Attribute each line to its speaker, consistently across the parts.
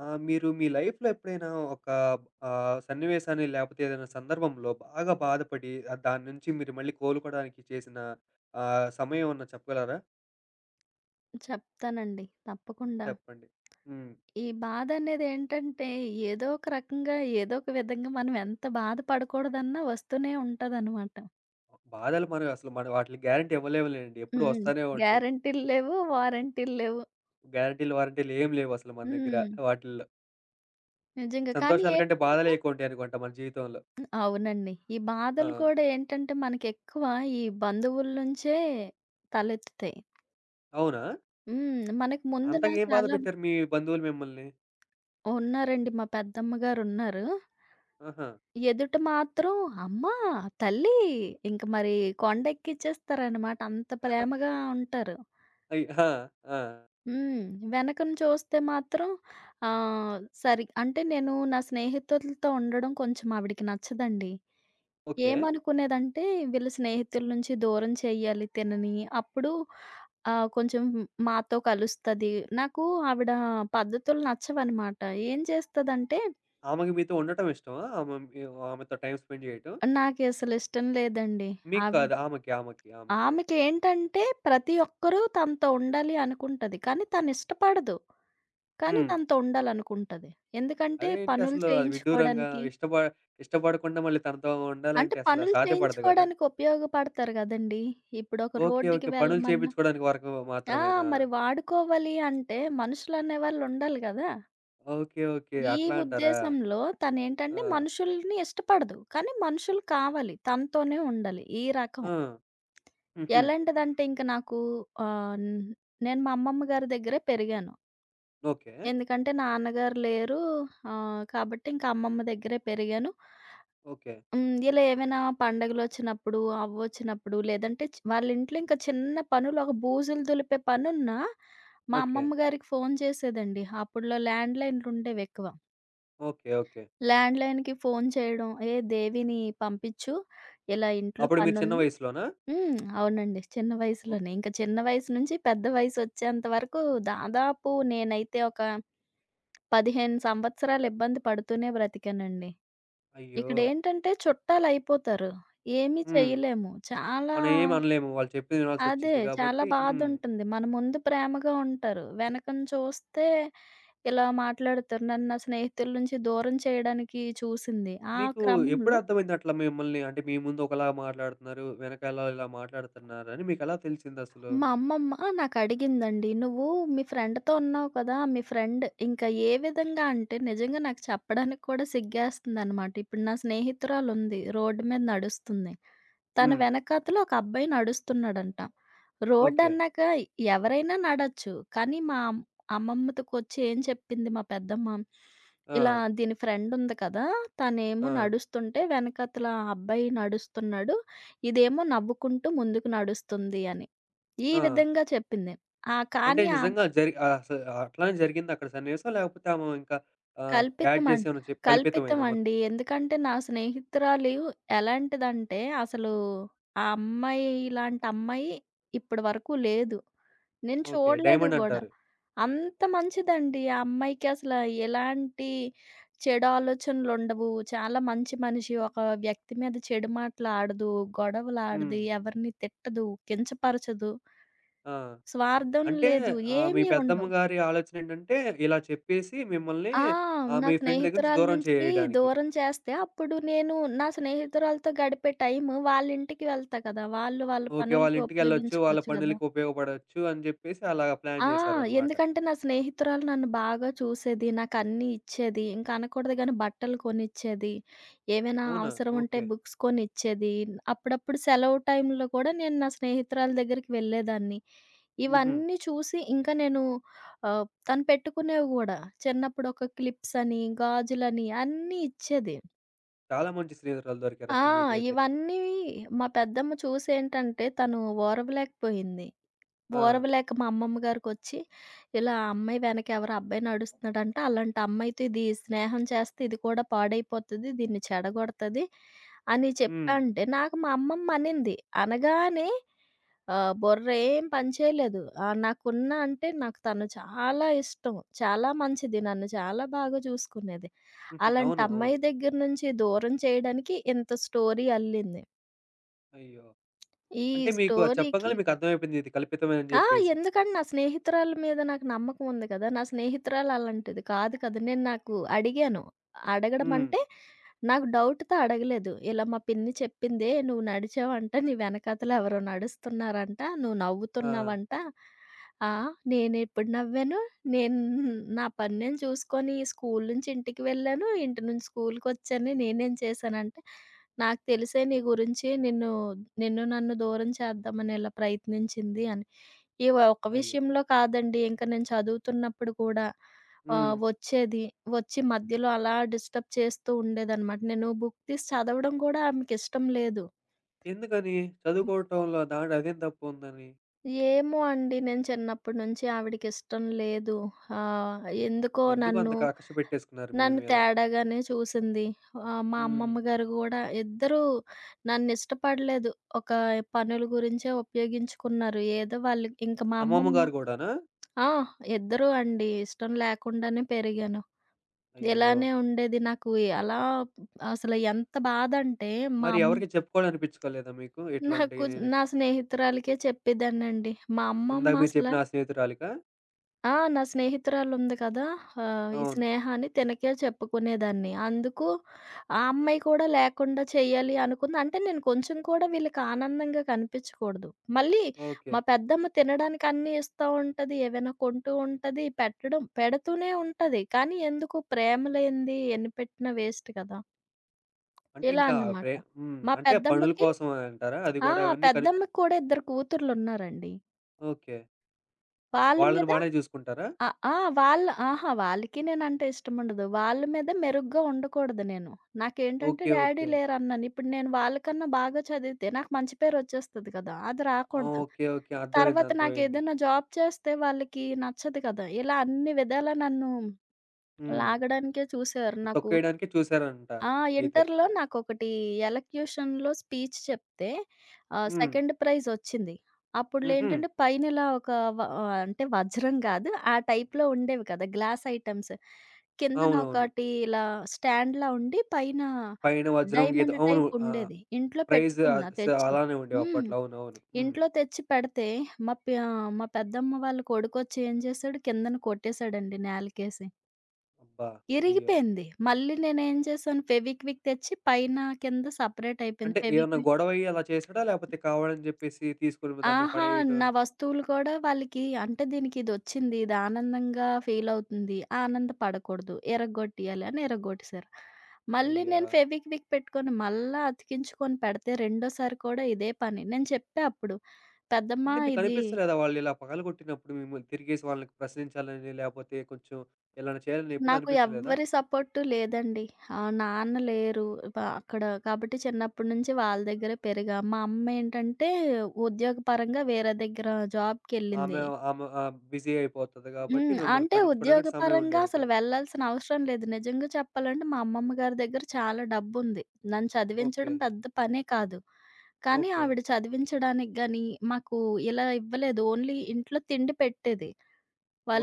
Speaker 1: ఆ! మీరు మీ లైఫ్‌లో ఎప్పుడైనా ఒక సన్నివేశాన్ని లేపోతే ఏదైనా సందర్భంలో బాగా బాధపడి దాని నుంచి మీరు మళ్ళీ కోలుకోవడానికి చేసిన సమయం ఏమన్నా చెప్పగలరా?
Speaker 2: చెప్తానండి. తప్పకుండా.
Speaker 1: చెప్పండి. హ్మ్.
Speaker 2: ఈ బాధనేదేంటంటే, ఏదో ఒక రకంగా, ఏదో ఒక విధంగా మనం ఎంత బాధపడకూడదన్నా వస్తూనే ఉంటదనమాట.
Speaker 1: బాధలు మనం అసలు వాటికి గ్యారంటీ ఇవ్వలేములేండి. ఎప్పుడూ
Speaker 2: హ్మ్.
Speaker 1: వస్తానే ఉంటాయి.
Speaker 2: గ్యారంటీలు లేవు, వారంటీలు లేవు.
Speaker 1: గ్యారంటీలు, వారంటీలు ఏం లేవు అసలు మన దగ్గర
Speaker 2: హ్మ్.
Speaker 1: వాటిల్లో.
Speaker 2: నిజంగా. కానీ
Speaker 1: సంతోషాల కంటే
Speaker 2: ఏంటంటే
Speaker 1: బాధలే ఎక్కువుంటాయి అనుకుంట మన జీవితంలో.
Speaker 2: అవునండి. ఈ
Speaker 1: ఆ!
Speaker 2: బాధలు కూడా ఏంటంటే, మనకెక్కువ ఈ బంధువుల నుంచే తలెత్తుతాయి.
Speaker 1: అవునా?
Speaker 2: హ్మ్. మనకు ముందున
Speaker 1: అంతగా ఏం బాధ
Speaker 2: చాలా
Speaker 1: పెట్టారు మీ బంధువులు మిమ్మల్ని?
Speaker 2: ఉన్నారండి. మా పెద్దమ్మ గారున్నారు.
Speaker 1: ఆహా!
Speaker 2: ఎదుట మాత్రం అమ్మ, తల్లి ఇంక మరి కొండెక్కిచ్చేస్తారనమాట. అంత ప్రేమగా ఉంటారు.
Speaker 1: అయ్ ఆ! ఆ!
Speaker 2: హ్మ్. వెనకన చూస్తే మాత్రం సరి అంటే నేను నా స్నేహితులతో ఉండడం కొంచెం ఆవిడకి నచ్చదండి.
Speaker 1: ఓకే.
Speaker 2: ఏమనుకునేదంటే వీళ్ళ స్నేహితుల నుంచి దూరం చేయాలి తినని. అప్పుడు కొంచెం మాతో కలుస్తది. నాకు ఆవిడ పద్ధతులు నచ్చవనమాట. ఏం చేస్తదంటే
Speaker 1: ఆమెకి మీతో ఉండటం ఇష్టమా? ఆమె మీ ఆమెతో టైమ్ స్పెండ్ చేయటం?
Speaker 2: నాకసలు ఇష్టం లేదండి.
Speaker 1: మీకు
Speaker 2: ఆవి
Speaker 1: కాదు. ఆమెకి.
Speaker 2: ఆమెకేంటంటే ప్రతి ఒక్కరూ తనతో ఉండాలి అనుకుంటది. కానీ తనిష్టపడదు. కానీ
Speaker 1: హ్మ్.
Speaker 2: తనతో ఉండాలనుకుంటది. ఎందుకంటే
Speaker 1: అదేంటి
Speaker 2: పనులు
Speaker 1: అసలు అది విడ్డూరంగా
Speaker 2: చేయించుకోవడానికి
Speaker 1: ఇష్టపడకుండా మళ్ళీ తనతో
Speaker 2: అంటే
Speaker 1: ఉండాలంటే అసలు
Speaker 2: పనులు
Speaker 1: సాధ్యపడదు గదా!
Speaker 2: చేయించుకోవడానికి ఉపయోగపడతారు గదండీ! ఇప్పుడొక
Speaker 1: ఓకే. ఓకే.
Speaker 2: రోడ్డుకి
Speaker 1: పనులు
Speaker 2: వెళ్ళమన్నా
Speaker 1: చేపించుకోవడానికి వరకు
Speaker 2: ఆ!
Speaker 1: మాత్రమేనా?
Speaker 2: మరి వాడుకోవాలి అంటే మనుషులనేవాళ్ళు ఉండాలి గదా!
Speaker 1: ఓకే. ఓకే.
Speaker 2: ఈ
Speaker 1: అట్లా అంటారా?
Speaker 2: ఉద్దేశంలో
Speaker 1: ఆ!
Speaker 2: తనేంటంటే మనుషుల్ని ఇష్టపడదు. కానీ మనుషులు కావాలి. తనతోనే ఉండాలి. ఈ రకం.
Speaker 1: ఆ! హుహు.
Speaker 2: ఎలాంటిదంటే ఇంక నాకు ఆహ్, నేను మా అమ్మమ్మ గారి దగ్గరే పెరిగాను.
Speaker 1: ఓకే.
Speaker 2: ఎందుకంటే నాన్నగారు లేరు. కాబట్టి ఇంక అమ్మమ్మ దగ్గరే పెరిగాను.
Speaker 1: ఓకే.
Speaker 2: హ్మ్. ఇలా ఏమైనా పండగలొచ్చినప్పుడు, అవ్వొచ్చినప్పుడు లేదంటే వాళ్ళింట్లో ఇంకా చిన్న పనులు ఒక బూజులు దులిపే పనున్నా మా
Speaker 1: ఓకే.
Speaker 2: అమ్మమ్మ గారికి ఫోను చేసేదండి. అప్పట్లో ల్యాండ్‌లైన్‌లుండేవెక్కువ.
Speaker 1: ఓకే. ఓకే.
Speaker 2: ల్యాండ్‌లైన్‌కి ఫోను చేయడం, "ఏ దేవిని పంపిచ్చు, ఇలా ఇంట్లో
Speaker 1: అప్పుడు మీరు చిన్న
Speaker 2: పనుంది".
Speaker 1: వయసులోనా?
Speaker 2: హ్మ్. అవునండి. చిన్న
Speaker 1: ఓహ్!
Speaker 2: వయసులోనే. ఇంక చిన్న వయసు నుంచి పెద్ద వయసొచ్చేంత వరకు దాదాపు నేనైతే ఒక 15 సంవత్సరాలు ఇబ్బంది పడుతూనే బ్రతికానండి.
Speaker 1: అయ్యో!
Speaker 2: ఇక్కడేంటంటే చుట్టాలయిపోతారు. ఏమీ
Speaker 1: హ్మ్.
Speaker 2: చెయ్యలేము. చాలా
Speaker 1: మనం ఏమి అనలేము. వాళ్ళు చెప్పింది
Speaker 2: అదే.
Speaker 1: వినాల్సొచ్చిద్ది
Speaker 2: చాలా
Speaker 1: కాబట్టి. హ్మ్.
Speaker 2: బాధుంటుంది. మన ముందు ప్రేమగా ఉంటారు. వెనకన చూస్తే ఇలా మాట్లాడుతారు. నన్ను నా స్నేహితుల నుంచి దూరం చేయడానికి చూసింది. ఆ
Speaker 1: మీకు ఎప్పుడు
Speaker 2: క్రమంలో
Speaker 1: అర్థమైంది అట్లా మిమ్మల్ని అంటే మీ ముందు ఒకలా మాట్లాడుతున్నారు, వెనకాల ఇలా మాట్లాడుతున్నారని మీకెలా తెలిసిందసలు?
Speaker 2: మా అమ్మమ్మ నాకడిగిందండి. "నువ్వు మీ ఫ్రెండ్‌తో ఉన్నావు కదా! మీ ఫ్రెండ్" ఇంకా ఏ విధంగా అంటే నిజంగా నాకు చెప్పడానికి కూడా సిగ్గేస్తుందనమాట. ఇప్పుడు నా స్నేహితురాలుంది. రోడ్డు మీద నడుస్తుంది. తన
Speaker 1: హ్మ్.
Speaker 2: వెనకాతల ఒక అబ్బాయి నడుస్తున్నాడంట.
Speaker 1: ఓకే.
Speaker 2: రోడ్డన్నాక ఎవరైనా నడచ్చు. కానీ మా అమ్ అమ్మమ్మతోకొచ్చి ఏం చెప్పింది మా పెద్దమ్మ, ఇలా
Speaker 1: ఆ!
Speaker 2: దీని ఫ్రెండుంది కదా! తనేమో
Speaker 1: ఆ!
Speaker 2: నడుస్తుంటే వెనకాతల ఆ అబ్బాయి నడుస్తున్నాడు. ఇదేమో నవ్వుకుంటూ ముందుకు నడుస్తుంది అని. ఈ
Speaker 1: ఆ!
Speaker 2: విధంగా చెప్పింది. ఆ!
Speaker 1: అంటే
Speaker 2: కానీ ఆ
Speaker 1: నిజంగా జరి ఆహ్, అస అట్లానే జరిగిందక్కడ సన్నివేశం? లేకపోతే ఆమె ఇంకా యాడ్
Speaker 2: కల్పితమం
Speaker 1: చేసి ఏమన్నా చెప్ కల్పితమేనా మొత్తం?
Speaker 2: కల్పితమండి. ఎందుకంటే, నా స్నేహితురాలు ఎలాంటిదంటే, అసలు ఆ అమ్మాయి ఇలాంటి అమ్మాయి ఇప్పటి వరకు లేదు. నేను
Speaker 1: ఓకే.
Speaker 2: చూడలేదు
Speaker 1: డైమండ్
Speaker 2: గూడా.
Speaker 1: అంటారు.
Speaker 2: అంత మంచిదండి. ఆ అమ్మాయికి ఎలాంటి చెడు ఆలోచనలుండవు. చాలా మంచి మనిషి. ఒక వ్యక్తి మీద చెడు మాటలాడదు,
Speaker 1: హ్మ్.
Speaker 2: గొడవలాడదు, ఎవరిని తిట్టదు, కించపరచదు,
Speaker 1: ఆ!
Speaker 2: స్వార్థం
Speaker 1: అంటే
Speaker 2: లేదు,
Speaker 1: మీ
Speaker 2: ఏమీ
Speaker 1: పెద్దమ్మ
Speaker 2: ఉండవు.
Speaker 1: గారి ఆలోచనేంటంటే ఇలా చెప్పేసి మిమ్మల్ని
Speaker 2: ఆ! నా
Speaker 1: మీ ఫ్రెండ్ దగ్గర నుంచి
Speaker 2: స్నేహితురాలు
Speaker 1: దూరం
Speaker 2: నుంచి
Speaker 1: చేయడానికి.
Speaker 2: దూరం చేస్తే అప్పుడు నేను నా స్నేహితురాలతో గడిపే టైము వాళ్ళింటికి వెళ్తా కదా! వాళ్ళు వాళ్ళ
Speaker 1: ఓకే.
Speaker 2: పనులకి
Speaker 1: వాళ్ళింటికెళ్ళొచ్చు. వాళ్ళ
Speaker 2: ఉపయోగించుకోవచ్చు గదా!
Speaker 1: పనులకి ఉపయోగపడొచ్చు అని జెప్పేసి అలాగా ప్లాన్
Speaker 2: ఆ!
Speaker 1: జేశారనమాట.
Speaker 2: ఎందుకంటే నా స్నేహితురాలు నన్ను బాగా చూసేది. నాకన్నీ ఇచ్చేది. ఇంక అనకూడదు గానీ బట్టలు కొనిచ్చేది. ఏమైనా
Speaker 1: అవునా?
Speaker 2: అవసరం ఉంటే
Speaker 1: ఓకే.
Speaker 2: బుక్స్ కొనిచ్చేది. అప్పుడప్పుడు సెలవు టైంలో కూడా నేను నా స్నేహితురాలు దగ్గరికి వెళ్ళేదాన్ని.
Speaker 1: హుహు.
Speaker 2: ఇవన్నీ చూసి ఇంకా నేను తను పెట్టుకునేవి గూడా. చిన్నప్పుడు ఒక క్లిప్సని, గాజులని అన్నీ ఇచ్చేది.
Speaker 1: చాలా మంచి స్నేహితురాలు
Speaker 2: ఆ!
Speaker 1: దొరికారసలు మీకైతే.
Speaker 2: ఇవన్నీ మా పెద్దమ్మ చూసేంటంటే తను ఓర్వలేకపోయింది.
Speaker 1: ఆ!
Speaker 2: ఓర్వలేక మా అమ్మమ్మ గారికొచ్చి, ఇలా ఆ అమ్మాయి వెనక ఎవరో అబ్బాయి నడుస్తున్నాడంట. అలాంటి అమ్మాయితో ఇది స్నేహం చేస్తే ఇది కూడా పాడైపోతది. దీన్ని చెడగొడతది అని
Speaker 1: హ్మ్.
Speaker 2: చెప్పంటే, నాకు మా అమ్మమ్మ అనింది. అనగానే బుర్ర ఏం పని చేయలేదు. నాకున్న అంటే నాకు తను చాలా ఇష్టం. చాలా మంచిది. నన్ను చాలా బాగా చూసుకునేది.
Speaker 1: హుహు.
Speaker 2: అలాంటి
Speaker 1: అవును. అవును.
Speaker 2: అమ్మాయి దగ్గర నుంచి దూరం చేయడానికి ఇంత స్టోరీ అల్లింది.
Speaker 1: అయ్యో!
Speaker 2: ఈ
Speaker 1: అంటే మీకు అది
Speaker 2: స్టోరీకి
Speaker 1: చెప్పంగానే మీకర్థమైపోయింది ఇది కల్పితమే అని
Speaker 2: ఆ!
Speaker 1: జెప్పేసి.
Speaker 2: ఎందుకంటే నా స్నేహితురాళ్ళ మీద నాకు నమ్మకం ఉంది కదా! నా స్నేహితురాలు అలాంటిది కాదు కదా! నాకు అడిగాను. అడగడం
Speaker 1: హ్మ్.
Speaker 2: అంటే నాకు డౌట్‌తో అడగలేదు. ఇలా మా పిన్ని చెప్పిందే నువ్వు నడిచావంట. నీ వెనకాతల ఎవరో నడుస్తున్నారంట. నువ్వు
Speaker 1: ఆ!
Speaker 2: నవ్వుతున్నావంట. ఆ! నేనెప్పుడు నవ్వాను? నేను నా పని నేను చూసుకొని స్కూల్ నుంచి ఇంటికి వెళ్ళాను. ఇంటి నుంచి స్కూల్‌కొచ్చాను. నేనేం చేశానంటే నాకు తెలిసే నీ గురించి నిన్ను నిన్ను నన్ను దూరం చేద్దామని ఇలా ప్రయత్నించింది అని. ఈ వ ఒక్క
Speaker 1: అయ్యో!
Speaker 2: విషయంలో కాదండి. ఇంక నేను చదువుతున్నప్పుడు కూడా
Speaker 1: హ్మ్.
Speaker 2: వచ్చేది. వచ్చి మధ్యలో అలా డిస్టర్బ్ చేస్తూ ఉండేదనమాట. నేను బుక్ తీసి చదవడం కూడా ఆమెకిష్టం లేదు.
Speaker 1: ఎందుకని? చదువుకోవటంలో దాంట్లో అదేం తప్పుందని?
Speaker 2: ఏమో అండి నేను చిన్నప్పటి నుంచి ఆవిడకిష్టం లేదు. ఎందుకో
Speaker 1: ఎందుకు అంత కకృష పెట్టేసుకున్నారు మీ
Speaker 2: నన్ను
Speaker 1: మీద?
Speaker 2: తేడాగానే చూసింది. మా
Speaker 1: హ్మ్.
Speaker 2: అమ్మమ్మ గారు గూడా ఇద్దరూ నన్నిష్టపడలేదు. ఒక పనుల గురించే ఉపయోగించుకున్నారు. ఏదో వాళ్ళు ఇంక మా
Speaker 1: అమ్మమ్మ
Speaker 2: అమ్మమ్మ
Speaker 1: గారు గూడానా?
Speaker 2: ఆ! ఇద్దరూ అండి. ఇష్టం లేకుండానే పెరిగాను.
Speaker 1: అయ్యో!
Speaker 2: ఇలానే ఉండేది. నాకు ఎలా అసలు ఎంత బాధంటే మా
Speaker 1: మరి
Speaker 2: అమ్
Speaker 1: ఎవరికీ చెప్పుకోవాలనిపిచ్చుకోలేదా మీకు?
Speaker 2: నాకు
Speaker 1: ఇట్లాంటియి నేను
Speaker 2: నా స్నేహితురాలికే చెప్పేదాన్నండి. మా అమ్మమ్మ
Speaker 1: ఇందాక మీరు
Speaker 2: అసల
Speaker 1: చెప్పిన ఆ స్నేహితురాలికా?
Speaker 2: ఆ! నా స్నేహితురాలుంది కదా! ఈ
Speaker 1: అవును.
Speaker 2: స్నేహ అని తినకే చెప్పుకునేదాన్ని. అందుకు ఆ అమ్మాయి కూడా లేకుండా చేయాలి అనుకుంది. అంటే నేను కొంచెం కూడా వీళ్ళకి ఆనందంగా కనిపించకూడదు. మళ్ళీ
Speaker 1: ఓకే.
Speaker 2: మా పెద్దమ్మ తినడానికి అన్నీ ఇస్తా ఉంటది. ఏవైనా కొంటూ ఉంటది. పెట్టడం పెడుతూనే ఉంటది. కానీ ఎందుకు ప్రేమ లేనిది ఎన్ని పెట్టినా వేస్ట్ కదా!
Speaker 1: అంటే
Speaker 2: ఇలా
Speaker 1: ఇంకా
Speaker 2: అన్నమాట.
Speaker 1: ప్రే హ్మ్.
Speaker 2: మా
Speaker 1: అంటే పనుల
Speaker 2: పెద్దమ్మకి
Speaker 1: కోసం అంటారా? అది
Speaker 2: ఆ!
Speaker 1: గూడా అవన్నీ కని
Speaker 2: పెద్దమ్మకి కూడా ఇద్దరు కూతుర్లున్నారండి.
Speaker 1: ఓకే.
Speaker 2: వాళ్ళ
Speaker 1: వాళ్ళని
Speaker 2: మీద
Speaker 1: బానే చూసుకుంటారా?
Speaker 2: ఆ! ఆ! వాళ్ళ అహా! వాళ్ళకి నేనంటే ఇష్టముండదు. వాళ్ళ మీద మెరుగ్గా ఉండకూడదు నేను. నాకేంటంటే
Speaker 1: ఓకే.
Speaker 2: Daddy
Speaker 1: okay.
Speaker 2: లేరన్నాను. ఇప్పుడు నేను వాళ్ళకన్నా బాగా చదివితే నాకు మంచి పేరొచ్చేస్తది కదా! అది
Speaker 1: ఆ!
Speaker 2: రాకూడదు.
Speaker 1: ఓకే. ఓకే. అర్థమైంది.
Speaker 2: తర్వాత
Speaker 1: అర్థమైంది.
Speaker 2: నాకేదైనా జాబ్ చేస్తే వాళ్ళకి నచ్చదు కదా! ఇలా అన్ని విధాలా నన్ను
Speaker 1: హ్మ్.
Speaker 2: లాగడానికే చూసారు. నాకు
Speaker 1: తొక్కేయడానికే చూసారంట
Speaker 2: ఆ!
Speaker 1: అయితే.
Speaker 2: ఇంటర్‌లో నాకొకటి ఎలక్యూషన్‌లో స్పీచ్ చెప్తే
Speaker 1: హ్మ్.
Speaker 2: సెకండ్ ప్రైజ్ వచ్చింది.
Speaker 1: హుహు.
Speaker 2: అప్పుడులేంటంటే పైన ఇలా ఒక అంటే వజ్రం గాదు. ఆ టైప్‌లో ఉండేవి కదా! Glass items. కిందన
Speaker 1: అవునవును.
Speaker 2: ఒకటి ఇలా స్టాండ్‌లా ఉండి పైన
Speaker 1: పైన వజ్రం గీతం
Speaker 2: డైమండ్
Speaker 1: అవును.
Speaker 2: టైప్
Speaker 1: ఆ!
Speaker 2: ఉండేది. ఇంట్లో
Speaker 1: ప్రైజ్ ఆహ్,
Speaker 2: పెట్టుకున్నా
Speaker 1: స
Speaker 2: తెచ్చి.
Speaker 1: అలానే ఉండేవి
Speaker 2: హ్మ్.
Speaker 1: అప్పట్లో. అవునవును. హ్మ్.
Speaker 2: ఇంట్లో తెచ్చి పెడితే మా ప్య మా పెద్దమ్మ వాళ్ళ కొడుకొచ్చి ఏం చేశాడు కిందన కొట్టేశాడండి నేలకేసి.
Speaker 1: అబ్బా! అయ్యో!
Speaker 2: ఇరిగిపోయింది. మళ్ళీ నేనేం చేశాను ఫెవిక్విక్ తెచ్చి పైన, కింద సెపరేట్ అయిపోయింది.
Speaker 1: అంటే ఏమన్నా
Speaker 2: ఫెవిక్విక్
Speaker 1: గొడవయ్యి అలా చేసాడా? లేపోతే కావాలని జెప్పేసి తీసుకొని దాన్ని
Speaker 2: అహా!
Speaker 1: పడేయటం
Speaker 2: నా వస్తువులు కూడా వాళ్ళకి అంటే దీనికి ఇదొచ్చింది. ఇది ఆనందంగా ఫీల్ అవుతుంది. ఆనందపడకూడదు. ఇరగ్గొట్టేయాలి అని ఇరగ్గొట్టేసారు. మళ్ళీ
Speaker 1: అయ్యా!
Speaker 2: నేను ఫెవిక్విక్ పెట్టుకొని మళ్ళా అతికించుకొని పెడితే రెండోసారి కూడా ఇదే పని. నేను చెప్పా అప్పుడు పెద్దమ్మా
Speaker 1: అంటే
Speaker 2: ఇది
Speaker 1: మీకనిపిస్తలేదా వాళ్ళిలా పగలగొట్టినప్పుడు మిమ్మల్ని తిరిగేసి వాళ్ళని ప్రశ్నించాలని, లేపోతే కొంచెం ఏలైనా చేయాలని ఎప్పుడూ
Speaker 2: నాకు
Speaker 1: అనిపించలేదా?
Speaker 2: ఎవ్వరి సపోర్టు లేదండి. నాన్న లేరు. అక్కడ కాబట్టి చిన్నప్పటి నుంచి వాళ్ళ దగ్గరే పెరిగా. మా అమ్మేంటంటే ఉద్యోగపరంగా వేరే దగ్గర
Speaker 1: ఆమె
Speaker 2: జాబ్‌కెళ్ళింది.
Speaker 1: ఆమె బిజీ అయిపోతది గాబట్టి
Speaker 2: హ్మ్.
Speaker 1: మిమ్మల్ని
Speaker 2: అంటే
Speaker 1: పట్టించుకోడానికి సమయం
Speaker 2: ఉద్యోగపరంగా
Speaker 1: ఉండేది
Speaker 2: అసలు
Speaker 1: కాదు.
Speaker 2: వెళ్ళాల్సిన అవసరం లేదు. నిజంగా చెప్పాలంటే మా అమ్మమ్మ గారి దగ్గర చాలా డబ్బుంది. నన్ను
Speaker 1: ఓకే.
Speaker 2: చదివించడం పెద్ద పనే కాదు. కానీ
Speaker 1: ఓకే.
Speaker 2: ఆవిడ చదివించడానికి గాని, మాకు ఇలా ఇవ్వలేదు. ఓన్లీ ఇంట్లో తిండి పెట్టేది.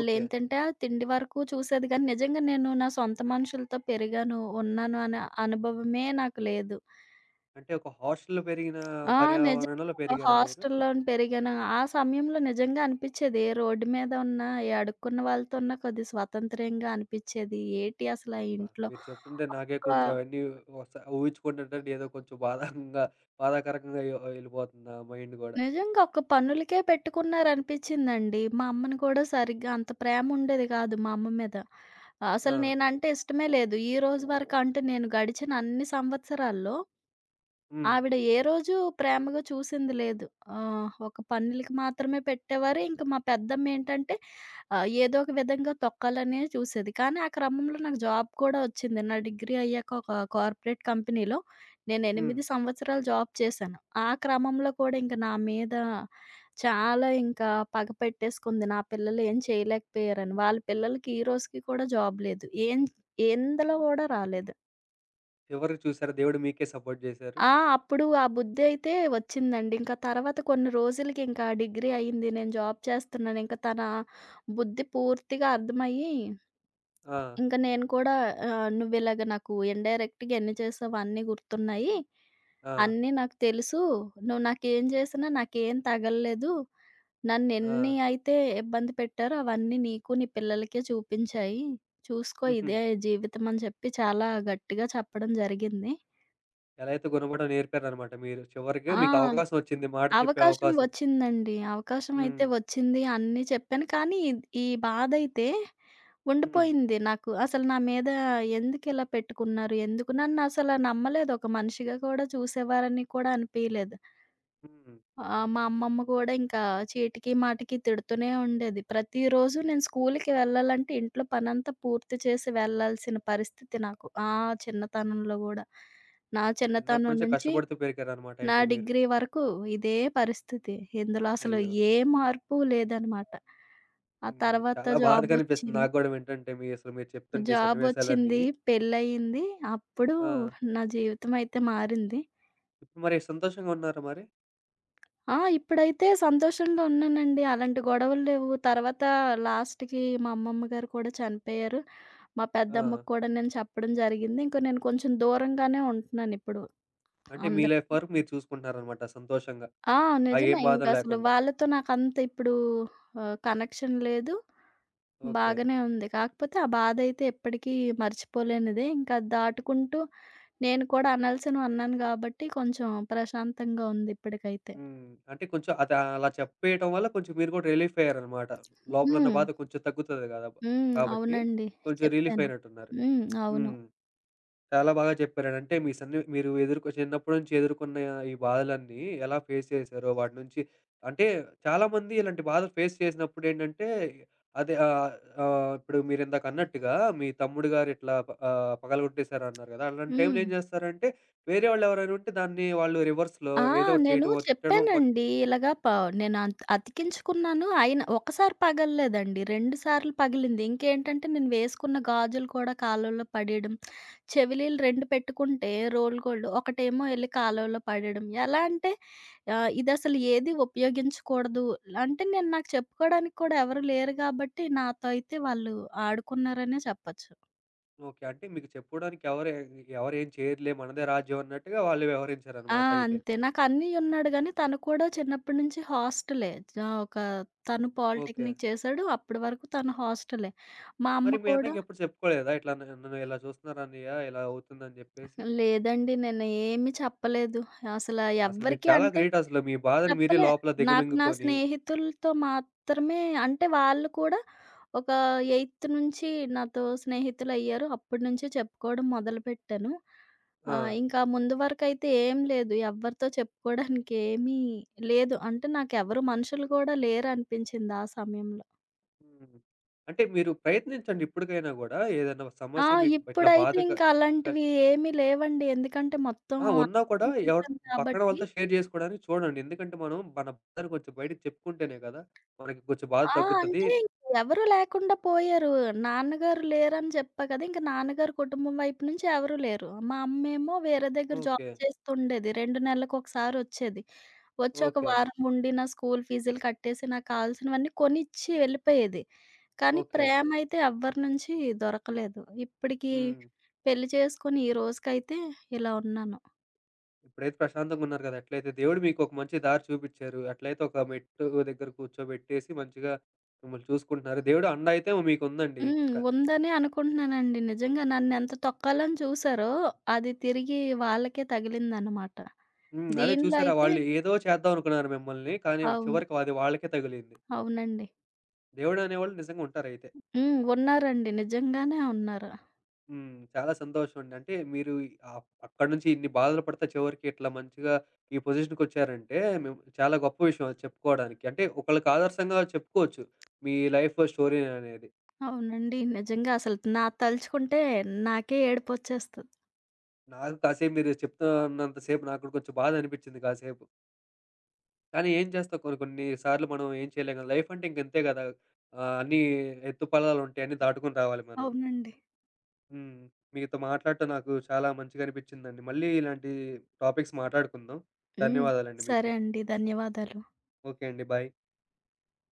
Speaker 1: ఓకే.
Speaker 2: ఆ తిండి వరకు చూసేది గానీ, నిజంగా నేను నా సొంత మనుషులతో పెరిగాను, ఉన్నాను అనే అనుభవమే నాకు లేదు.
Speaker 1: అంటే ఒక హాస్టల్‌లో పెరిగిన
Speaker 2: ఆ!
Speaker 1: పర్యావరణంలో
Speaker 2: నిజంగా
Speaker 1: పెరిగారా మీరు?
Speaker 2: హాస్టల్‌లోని పెరిగాను. ఆ సమయంలో నిజంగా అనిపిచ్చేది, ఏ రోడ్డు మీద ఉన్నా, ఏ అడుక్కున్న వాళ్ళతో ఉన్నా కొద్దిగా స్వతంత్రంగా అనిపిచ్చేది. ఏటి అసలా
Speaker 1: అబ్బా!
Speaker 2: ఇంట్లో
Speaker 1: మీరు చెప్తుంటే నాకే
Speaker 2: ఒక
Speaker 1: కొంచెం అవన్నీ ఊహించుకుంటుంటేనే ఏదో కొంచెం బాధాకరంగా ఎళ్ళిపోతుంది నా మైండ్ గూడా.
Speaker 2: నిజంగా ఒక పనులకే పెట్టుకున్నారనిపిచ్చిందండి. మా అమ్మని కూడా సరిగ్గా అంత ప్రేమ ఉండేది కాదు మా అమ్మ మీద.
Speaker 1: ఆ!
Speaker 2: అసలు నేనంటే ఇష్టమే లేదు. ఈరోజు వరకు అంటే నేను గడిచిన అన్ని సంవత్సరాల్లో
Speaker 1: హ్మ్.
Speaker 2: ఆవిడ ఏ రోజు ప్రేమగా చూసింది లేదు. ఒక పన్నులకి మాత్రమే పెట్టేవారు. ఇంక మా పెద్దమ్మేంటంటే ఏదో ఒక విధంగా తొక్కాలనే చూసేది. కానీ ఆ క్రమంలో నాకు జాబ్ కూడా వచ్చింది. నా డిగ్రీ అయ్యాక ఒక కార్పొరేట్ కంపెనీలో నేను
Speaker 1: హ్మ్.
Speaker 2: 8 సంవత్సరాలు జాబ్ చేశాను. ఆ క్రమంలో కూడా ఇంక నా మీద చాలా ఇంకా పగ పెట్టేసుకుంది. నా పిల్లలు ఏం చేయలేకపోయారని. వాళ్ళ పిల్లలకి ఈ రోజుకి కూడా జాబ్ లేదు. ఏం ఎందులో కూడా రాలేదు.
Speaker 1: చివరికి చూసారా దేవుడు మీకే సపోర్ట్ జేశారు.
Speaker 2: ఆ! అప్పుడు ఆ బుద్ధయితే వచ్చిందండి. ఇంకా తర్వాత కొన్ని రోజులకి ఇంకా డిగ్రీ అయింది. నేను జాబ్ చేస్తున్నాను. ఇంక తన బుద్ధి పూర్తిగా అర్థమయ్యి,
Speaker 1: ఆ!
Speaker 2: ఇంక నేను కూడా "నువ్విలాగ నాకు ఇండైరెక్ట్‌గా ఎన్ని చేసావో అన్నీ గుర్తున్నాయి.
Speaker 1: ఆ!
Speaker 2: అన్నీ నాకు తెలుసు. నువ్వు నాకేం చేసినా నాకేం తగలలేదు.
Speaker 1: ఆ!
Speaker 2: నన్నెన్ని అయితే ఇబ్బంది పెట్టారో అవన్నీ నీకు, నీ పిల్లలకే చూపించాయి. చూసుకో
Speaker 1: హుహు.
Speaker 2: ఇదే జీవితం" అని చెప్పి చాలా గట్టిగా చెప్పడం జరిగింది.
Speaker 1: ఎలా అయితే గుణపడడం నేర్పారనమాట మీరు. చివరికి
Speaker 2: ఆ!
Speaker 1: మీకు అవకాశం వచ్చింది మాట చెప్పే
Speaker 2: అవకాశం
Speaker 1: అవకాశం.
Speaker 2: వచ్చిందండి. అవకాశమైతే
Speaker 1: హ్మ్.
Speaker 2: వచ్చింది. అన్నీ చెప్పాను. కానీ ఈ బాధైతే
Speaker 1: హ్మ్.
Speaker 2: ఉండిపోయింది నాకు. అసలు నా మీద ఎందుకిలా పెట్టుకున్నారు? ఎందుకు నన్నసల నమ్మలేదు. ఒక మనిషిగా కూడా చూసేవారని కూడా అనిపియలేదు.
Speaker 1: హ్మ్.
Speaker 2: మా అమ్మమ్మ కూడా ఇంకా చీటికి మాటికి తిడుతూనే ఉండేది. ప్రతిరోజు నేను స్కూల్‌కి వెళ్ళాలంటే ఇంట్లో పనంతా పూర్తి చేసి వెళ్ళాల్సిన పరిస్థితి నాకు. ఆ చిన్నతనంలో గూడా. నా
Speaker 1: చిన్నప్పటి
Speaker 2: చిన్నతనం
Speaker 1: నుంచే
Speaker 2: నుంచి
Speaker 1: కష్టపడుతూ పెరిగారనమాట
Speaker 2: నా
Speaker 1: అయితే మీరు.
Speaker 2: డిగ్రీ వరకు ఇదే పరిస్థితి. ఇందులో అసలు
Speaker 1: అయ్యో!
Speaker 2: ఏ మార్పు లేదనమాట. ఆ
Speaker 1: హ్మ్.
Speaker 2: తర్వాత
Speaker 1: చాలా బాధగా అనిపిస్తుంది
Speaker 2: జాబొచ్చింది.
Speaker 1: నాకు గూడా వింటుంటే మీ అసలు మీరు చెప్తుంటే ఈ సన్నివేశాలన్నీ.
Speaker 2: జాబొచ్చింది, పెళ్లయింది. అప్పుడు
Speaker 1: ఆ!
Speaker 2: నా జీవితం అయితే మారింది.
Speaker 1: ఇప్పుడు మరి సంతోషంగా ఉన్నారా మరి?
Speaker 2: ఆ! ఇప్పుడైతే సంతోషంగా ఉన్నానండి. అలాంటి గొడవలు లేవు. తర్వాత లాస్ట్‌కి మా అమ్మమ్మ గారు కూడా చనిపోయారు. మా
Speaker 1: ఆ!
Speaker 2: పెద్దమ్మకి కూడా నేను చెప్పడం జరిగింది. ఇంక నేను కొంచెం దూరంగానే ఉంటున్నానిప్పుడు
Speaker 1: అంటే మీ
Speaker 2: అందరి
Speaker 1: లైఫ్ వరకు మీరు చూసుకుంటున్నారనమాట సంతోషంగా.
Speaker 2: ఆ!
Speaker 1: ఆ
Speaker 2: నిజమే.
Speaker 1: ఏం బాధ
Speaker 2: ఇంకసలు
Speaker 1: లేకుండా.
Speaker 2: వాళ్ళతో నాకంత ఇప్పుడు కనెక్షన్ లేదు.
Speaker 1: ఓకే.
Speaker 2: బాగానే ఉంది. కాకపోతే ఆ బాధయితే ఎప్పటికీ మర్చిపోలేనిదే. ఇంకా అది దాటుకుంటూ నేను కూడా అనాల్సినవి అన్నాను గాబట్టి కొంచెం ప్రశాంతంగా ఉంది ఇప్పటికైతే.
Speaker 1: హ్మ్. అంటే కొంచెం అది అలా చెప్పేయటం వల్ల కొంచెం మీరు గూడా రిలీఫ్ అయ్యారనమాట. లోపలున్న
Speaker 2: హ్మ్.
Speaker 1: బాధ కొంచెం తగ్గుతది గదా!
Speaker 2: హ్మ్.
Speaker 1: కాబట్టి
Speaker 2: అవునండి.
Speaker 1: కొంచెం రిలీఫ్
Speaker 2: చెప్పాను.
Speaker 1: అయినట్టున్నారు.
Speaker 2: హ్మ్. అవును.
Speaker 1: హ్మ్. చాలా బాగా చెప్పారండి. అంటే మీ మీరు చిన్నప్పటి నుంచి ఎదుర్కొన్న ఈ బాధలన్నీ ఎలా ఫేస్ చేశారో వాటి నుంచి అంటే చాలామంది ఇలాంటి బాధలు ఫేస్ చేసినప్పుడేంటంటే అదే ఇప్పుడు మీరిందాక అన్నట్టుగా మీ తమ్ముడు గారు ఇట్లా పగలగొట్టేసారన్నారు గదా! అలాంటి టైంలో
Speaker 2: హ్మ్.
Speaker 1: ఏం జేస్తారంటే వేరే వాళ్ళెవరైనా ఉంటే దాన్ని వాళ్ళు రివర్స్‌లో
Speaker 2: ఆ!
Speaker 1: ఏదో ఒకటి
Speaker 2: నేను
Speaker 1: చేయటమో, తిట్టడమో కొ
Speaker 2: చెప్పానండి. ఇలాగ ప నేను అతికించుకున్నాను. అయినా ఒకసారి పగలలేదండి. 2 సార్లు పగిలింది. ఇంకేంటంటే నేను వేసుకున్న గాజులు కూడా కాలువలో పడేయడం చెవిలీలు 2 పెట్టుకుంటే రోల్ గోల్డ్. ఒకటేమో ఎళ్లి కాలువలో పడేయడం. ఎలా అంటే ఇదసలు ఏది ఉపయోగించకూడదు. అంటే నేను నాకు చెప్పుకోవడానికి కూడా ఎవరు లేరు కాబట్టి నాతో అయితే వాళ్ళు ఆడుకున్నారనే చెప్పొచ్చు.
Speaker 1: ఓకే. అంటే మీకు చెప్పుకోడానికి ఎవరు ఎవరు ఏం చేయరులే మనదే రాజ్యం అన్నట్టుగా వాళ్ళు
Speaker 2: ఆ!
Speaker 1: వ్యవహరించారనమాట అయితే.
Speaker 2: అంతే. నాకు అన్నయ్య ఉన్నాడు గానీ తను కూడా చిన్నప్పటి నుంచి హాస్టలే. ఆ! ఒక తను
Speaker 1: ఓకే.
Speaker 2: పాలిటెక్నిక్ చేశాడు. అప్పటి వరకు తను హాస్టలే. మా అమ్మ
Speaker 1: మరి మీ
Speaker 2: కూడా
Speaker 1: అన్నయ్యకి ఎప్పుడు చెప్పుకోలేదా? ఇట్లా నన్ను నన్ను ఇలా చూస్తున్నారు అన్నయ్య, ఇలా అవుతుందని చెప్పేసి?
Speaker 2: లేదండి. నేను ఏమి చెప్పలేదు. అసల
Speaker 1: అసలు మీరు
Speaker 2: ఎవ్వరికీ
Speaker 1: చాలా
Speaker 2: అంటే
Speaker 1: గ్రేట్ అసలు. మీ బాధని మీరే
Speaker 2: చెప్పలే.
Speaker 1: లోపల
Speaker 2: నాకు నా
Speaker 1: దిగమింగుకొని
Speaker 2: స్నేహితులతో మాత్రమే అంటే వాళ్ళు కూడా ఒక 8థ్ నుంచి నాతో స్నేహితులయ్యారు. అప్పటి నుంచే చెప్పుకోవడం మొదలుపెట్టాను.
Speaker 1: ఆ!
Speaker 2: ఇంకా ముందు వరకైతే ఏం లేదు. ఎవ్వరితో చెప్పుకోవడానికి ఏమీ లేదు. అంటే నాకెవరు మనుషులు కూడా లేరనిపించింది ఆ సమయంలో.
Speaker 1: హ్మ్. అంటే మీరు ప్రయత్నించండి ఇప్పటికైనా గూడా ఏదైనా
Speaker 2: ఆ!
Speaker 1: సమస్య మీకు ఇట్లా బాధ
Speaker 2: ఇప్పుడైతే
Speaker 1: క
Speaker 2: ఇంకా
Speaker 1: కల్
Speaker 2: అలాంటివి ఏమీ లేవండి. ఎందుకంటే మొత్తం
Speaker 1: ఆ! ఉన్నా కూడా
Speaker 2: అర్పణ
Speaker 1: ఎవరి
Speaker 2: చేశాను
Speaker 1: పక్కన
Speaker 2: కాబట్టి
Speaker 1: వాళ్ళతో షేర్ జేసుకోవడానికి చూడండి. ఎందుకంటే మనం మన బాధని కొంచెం బయటకి చెప్పుకుంటేనే కదా! మనకి కొంచెం బాధ
Speaker 2: ఆ!
Speaker 1: తగ్గుతది.
Speaker 2: అంటే ఎవరు లేకుండా పోయారు. నాన్నగారు లేరని చెప్పా కదా! ఇంక నాన్నగారి కుటుంబం వైపు నుంచి ఎవరు లేరు. మా అమ్మేమో వేరే దగ్గర జాబ్
Speaker 1: ఓకే.
Speaker 2: చేస్తుండేది. 2 నెలలకొకసారొచ్చేది. వచ్చి ఒక
Speaker 1: ఓకే.
Speaker 2: వారం ఉండి నా స్కూల్ ఫీజులు కట్టేసి నాకు కావాల్సినవన్నీ కొనిచ్చి వెళ్ళిపోయేది. కానీ
Speaker 1: ఓకే.
Speaker 2: ప్రేమైతే ఎవ్వరి నుంచి దొరకలేదు. ఇప్పటికి
Speaker 1: హ్మ్.
Speaker 2: పెళ్లి చేసుకొని ఈ రోజుకైతే ఇలా ఉన్నాను.
Speaker 1: ఇప్పుడైతే ప్రశాంతంగున్నారు కదా! అట్లయితే దేవుడు మీకొక మంచి దారి చూపిచ్చారు. అట్లయితే ఒక మెట్టు దగ్గర కూర్చోబెట్టేసి మంచిగా మిమ్మల్ని చూసుకుంటున్నారు. దేవుడు అండ అయితే మీకుందండి.
Speaker 2: హ్మ్.
Speaker 1: క
Speaker 2: ఉందనే అనుకుంటున్నానండి. నిజంగా నన్నెంత తొక్కాలని చూసారో అది తిరిగి వాళ్ళకే తగిలిందనమాట.
Speaker 1: హ్మ్. అదే
Speaker 2: దీనిలో
Speaker 1: చూసారా
Speaker 2: అయితే
Speaker 1: వాళ్ళు ఏదో చేద్దాం అనుకున్నారు మిమ్మల్ని. కానీ
Speaker 2: అవును.
Speaker 1: చివరికి అది వాళ్ళకే తగిలింది.
Speaker 2: అవునండి.
Speaker 1: దేవుడనేవాళ్ళు నిజంగా ఉంటారయితే.
Speaker 2: హ్మ్. ఉన్నారండి. నిజంగానే ఉన్నారు.
Speaker 1: హ్మ్. చాలా సంతోషమండి. అంటే మీరు అక్కడి నుంచి ఇన్ని బాధలు పడతా చివరికి ఇట్లా మంచిగా ఈ పొజిషన్‌కొచ్చారంటే మేము చాలా గొప్ప విషయం అది చెప్పుకోవడానికి. అంటే ఒకళ్ళకి ఆదర్శంగా చెప్పుకోవచ్చు. మీ లైఫ్ స్టోరీ అనేది.
Speaker 2: అవునండి. నిజంగా అసలు నా తలుచుకుంటే నాకే ఏడుపొచ్చేస్తది.
Speaker 1: నాకు కాసేపు మీరు చెప్తున్నంత సేపు నాకు కూడా కొంచెం బాధ అనిపించింది కాసేపు. కానీ ఏం చేస్తాం కొన్ని కొన్ని సార్లు మనం ఏం చేయలేం కదా! లైఫ్ అంటే ఇంక ఇంతే కదా! అన్నీ ఎత్తుపల్లాలుంటాయి. అన్నీ దాటుకొని రావాలి మనం.
Speaker 2: అవునండి.
Speaker 1: హ్మ్. మీతో మాట్లాడటం నాకు చాలా మంచిగా అనిపించిందండి. మళ్ళీ ఇలాంటి టాపిక్స్ మాట్లాడుకుందాం.
Speaker 2: హ్మ్.
Speaker 1: ధన్యవాదాలండి మీకు.
Speaker 2: సరే అండి. ధన్యవాదాలు.
Speaker 1: ఓకే అండి. బాయ్.